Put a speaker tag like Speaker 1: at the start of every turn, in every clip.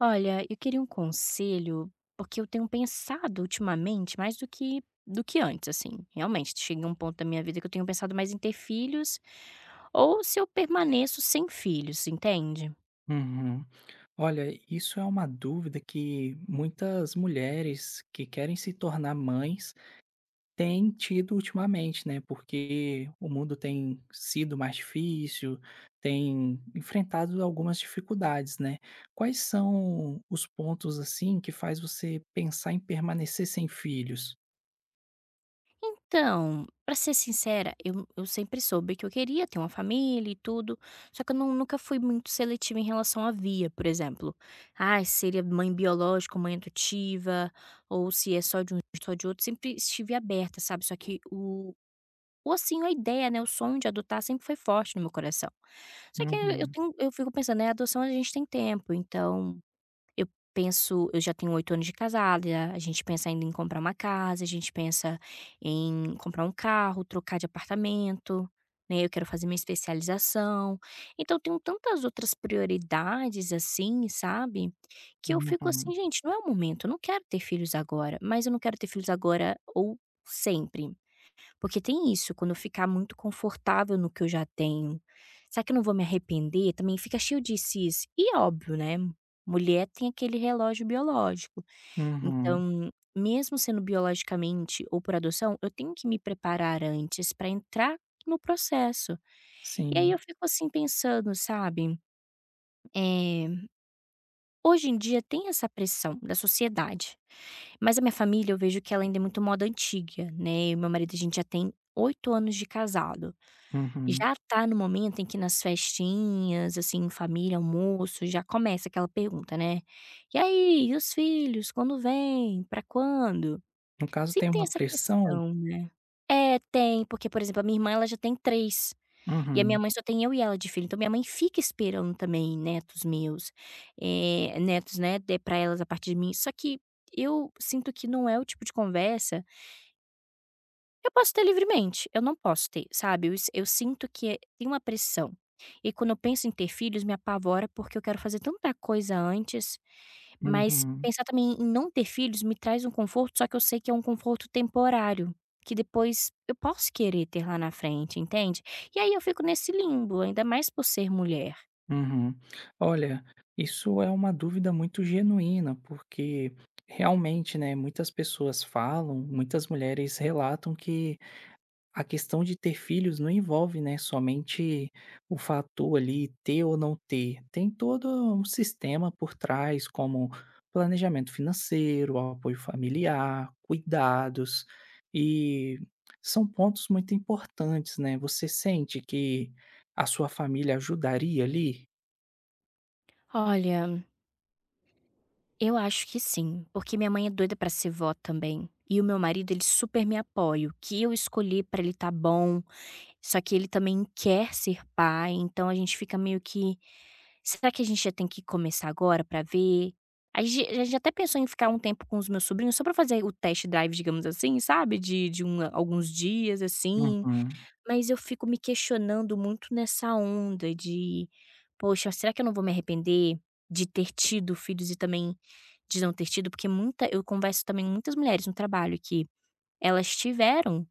Speaker 1: Olha, eu queria um conselho, porque eu tenho pensado ultimamente mais do que antes, assim. Realmente, cheguei a um ponto da minha vida que eu tenho pensado mais em ter filhos ou se eu permaneço sem filhos, entende?
Speaker 2: Uhum. Olha, isso é uma dúvida que muitas mulheres que querem se tornar mães têm tido ultimamente, né? Porque o mundo tem sido mais difícil, tem enfrentado algumas dificuldades, né? Quais são os pontos assim que faz você pensar em permanecer sem filhos?
Speaker 1: Então, pra ser sincera, eu sempre soube que eu queria ter uma família e tudo, só que eu não- nunca fui muito seletiva em relação à via, por exemplo. Ah, seria mãe biológica, ou mãe adotiva, ou se é só de um, só de outro, sempre estive aberta, sabe? Só que o Ou assim, a ideia, né, o sonho de adotar sempre foi forte no meu coração. Só que
Speaker 2: Uhum,
Speaker 1: eu fico pensando, né, adoção a gente tem tempo, então eu penso eu já tenho 8 anos de casada, a gente pensa ainda em comprar uma casa, a gente pensa em comprar um carro, trocar de apartamento, né, eu quero fazer minha especialização. Então eu tenho tantas outras prioridades, assim, sabe, que eu fico
Speaker 2: uhum,
Speaker 1: assim: "Gente, não é o momento, eu não quero ter filhos agora", mas eu não quero ter filhos agora ou sempre. Porque tem isso, quando eu ficar muito confortável no que eu já tenho, será que eu não vou me arrepender? Também fica cheio de "sis". E é óbvio, né, mulher tem aquele relógio biológico.
Speaker 2: uhum,
Speaker 1: Então, mesmo sendo biologicamente ou por adoção, eu tenho que me preparar antes para entrar no processo. E aí eu
Speaker 2: sim,
Speaker 1: fico, assim, pensando, sabe, eh, hoje em dia tem essa pressão da sociedade, mas a minha família eu vejo que ela ainda é muito moda antiga, né, eu e meu marido, a gente já tem 8 anos de casado.
Speaker 2: uhum.
Speaker 1: Já tá no momento em que nas festinhas, assim, família, almoço, já começa aquela pergunta, né: "E aí, e os filhos, quando vem Pra quando?".
Speaker 2: No caso,
Speaker 1: Sempre
Speaker 2: tem
Speaker 1: tem
Speaker 2: uma
Speaker 1: essa
Speaker 2: pressão?
Speaker 1: questão, né. É, tem, porque, por exemplo, a minha irmã, ela já tem 3 e a
Speaker 2: Uhum,
Speaker 1: minha mãe só tem eu e ela de filho, então minha mãe fica esperando também netos meus, eh, netos, né, dê pra elas a partir de mim. Só que eu sinto que não é o tipo de conversa eu posso ter livremente, eu não posso ter, sabe, eu sinto que tem uma pressão. E quando eu penso em ter filhos me apavora, porque eu quero fazer tanta coisa antes, mas
Speaker 2: uhum.
Speaker 1: pensar também em não ter filhos me traz um conforto, só que eu sei que é um conforto temporário, que depois eu posso querer ter lá na frente, entende. E aí eu fico nesse limbo, ainda mais por ser mulher.
Speaker 2: Uhum. Olha, isso é uma dúvida muito genuína, porque realmente, né, muitas pessoas falam, muitas mulheres relatam que a questão de ter filhos não envolve, né, somente o fator ali ter ou não ter. Tem todo um sistema por trás, como planejamento financeiro, apoio familiar, cuidados, e são pontos muito importantes, né? Você sente que a sua família ajudaria ali?
Speaker 1: Olha, eu acho que sim, porque minha mãe é doida pra ser vó também, e o meu marido ele super me apoia, o que eu escolhi pra ele tá bom. Só que ele também quer ser pai, então a gente fica meio que: "Será que a gente já tem que começar agora pra ver?" A gente até pensou em ficar um tempo com os meus sobrinhos só pra fazer o test drive, digamos assim, sabe, de alguns dias, assim,
Speaker 2: Uhum,
Speaker 1: mas eu fico me questionando muito nessa onda de: "Poxa, será que eu não vou me arrepender de ter tido filhos e também de não ter tido?" Porque muita eu converso também com muitas mulheres no trabalho que elas tiveram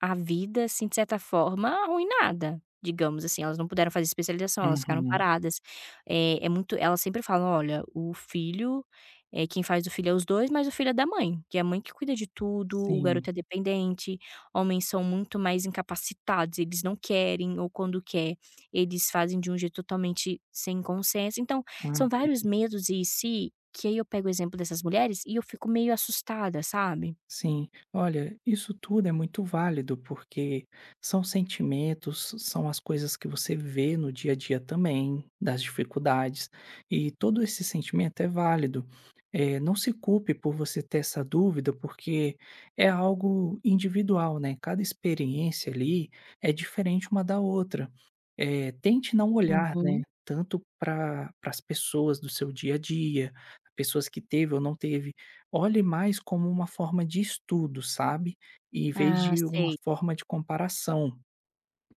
Speaker 1: a vida, assim, de certa forma, arruinada, digamos assim, elas não puderam fazer especialização, elas ficaram
Speaker 2: uhum,
Speaker 1: paradas. Eh, é muito Elas sempre falam: "Olha, o filho, quem faz o filho é os dois, mas o filho é da mãe, que é a mãe que cuida de tudo, o garoto
Speaker 2: sim,
Speaker 1: é dependente, homens são muito mais incapacitados, eles não querem ou quando quer, eles fazem de um jeito totalmente sem consenso". Então, são
Speaker 2: hã.
Speaker 1: vários medos e "se", que aí eu pego o exemplo dessas mulheres e eu fico meio assustada, sabe.
Speaker 2: Sim, olha, isso tudo é muito válido porque são sentimentos, são as coisas que você vê no dia a dia também, das dificuldades, e todo esse sentimento é válido. Não se culpe por você ter essa dúvida, porque é algo individual, né? Cada experiência ali é diferente uma da outra. Tente não olhar, né,
Speaker 1: Uhum.
Speaker 2: tanto para as pessoas do seu dia a dia, pessoas que teve ou não teve. Olhe mais como uma forma de estudo, sabe, em vez
Speaker 1: Ah,
Speaker 2: de uma
Speaker 1: sei.
Speaker 2: forma de comparação,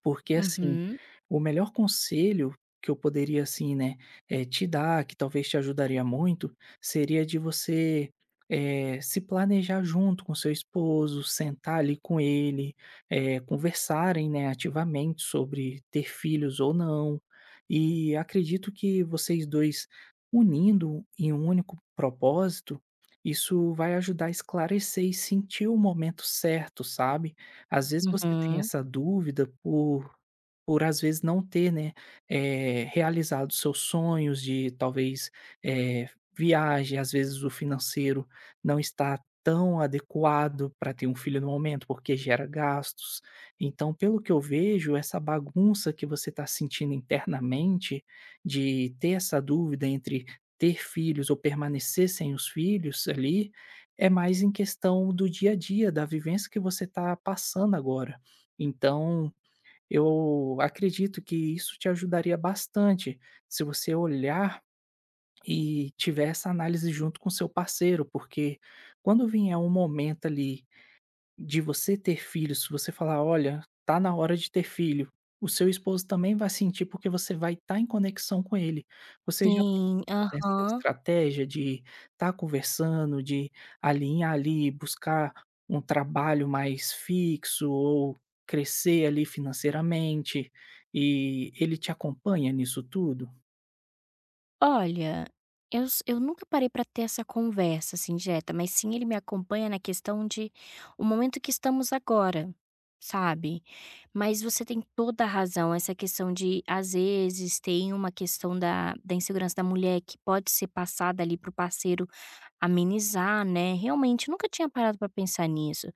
Speaker 2: porque, assim,
Speaker 1: Uhum.
Speaker 2: o melhor conselho que eu poderia, assim, né, te dar, que talvez te ajudaria muito, seria de você, se planejar junto com seu esposo, sentar ali com ele, conversarem, né, ativamente sobre ter filhos ou não. E acredito que vocês 2 unindo em um único propósito, isso vai ajudar a esclarecer e sentir o momento certo, sabe? Às vezes você tem
Speaker 1: Uhum.
Speaker 2: essa dúvida por às vezes não ter, né, realizado seus sonhos de talvez, eh, viagem, às vezes o financeiro não está tão adequado para ter um filho no momento, porque gera gastos. Então, pelo que eu vejo, essa bagunça que você está sentindo internamente, de ter essa dúvida entre ter filhos ou permanecer sem os filhos ali, é mais em questão do dia a dia, da vivência que você está passando agora. Então, eu acredito que isso te ajudaria bastante, se você olhar e tiver essa análise junto com seu parceiro, porque quando vier um momento ali de você ter filhos, se você falar: "Olha, tá na hora de ter filho", o seu esposo também vai sentir, porque você vai estar em conexão com ele. Você já
Speaker 1: Sim,
Speaker 2: pensou nessa
Speaker 1: aham.
Speaker 2: estratégia de estar conversando, de alinhar ali, buscar um trabalho mais fixo ou crescer ali financeiramente, e ele te acompanha nisso tudo?
Speaker 1: Olha, eu nunca parei para ter essa conversa, assim, direta, mas sim ele me acompanha na questão de o momento que estamos agora, sabe. Mas você tem toda a razão, essa questão de, às vezes, tem uma questão da insegurança da mulher que pode ser passada ali pro parceiro amenizar, né. Realmente, nunca tinha parado para pensar nisso.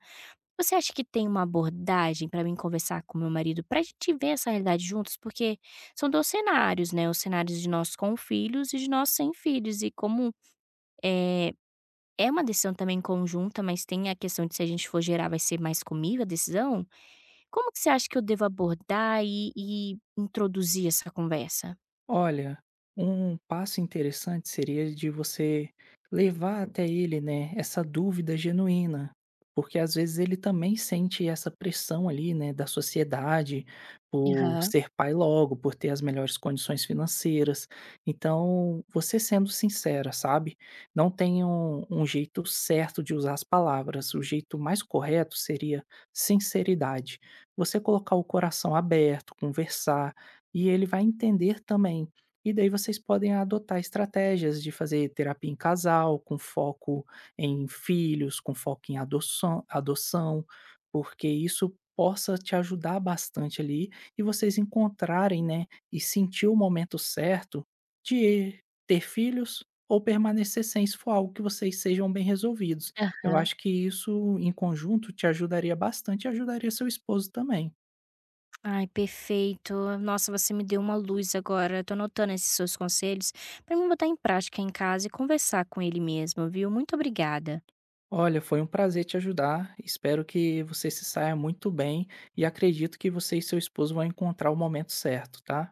Speaker 1: Você acha que tem uma abordagem para mim conversar com meu marido, para a gente ver essa realidade juntos? Porque são 2 cenários, né, os cenários de nós com filhos e de nós sem filhos e como, eh, é uma decisão também conjunta, mas tem a questão de se a gente for gerar vai ser mais comigo a decisão, como que você acha que eu devo abordar e introduzir essa conversa?
Speaker 2: Olha, um passo interessante seria de você levar até ele, né, essa dúvida genuína, porque às vezes ele também sente essa pressão ali, né, da sociedade por
Speaker 1: Aham,
Speaker 2: ser pai logo, por ter as melhores condições financeiras. Então, você sendo sincera, sabe? Não tem um jeito certo de usar as palavras. O jeito mais correto seria sinceridade. Você colocar o coração aberto, conversar e ele vai entender também. E daí vocês podem adotar estratégias de fazer terapia em casal, com foco em filhos, com foco em adoção, porque isso possa te ajudar bastante ali e vocês encontrarem, né, e sentir o momento certo de ter filhos ou permanecer sem, se for algo que vocês sejam bem resolvidos. Eu
Speaker 1: aham.
Speaker 2: acho que isso em conjunto te ajudaria bastante e ajudaria seu esposo também.
Speaker 1: Ai, perfeito. Nossa, você me deu uma luz agora. Tô anotando esses seus conselhos pra me botar em prática em casa e conversar com ele mesmo, viu? Muito obrigada.
Speaker 2: Olha, foi um prazer te ajudar. Espero que você se saia muito bem e acredito que você e seu esposo vão encontrar o momento certo, tá?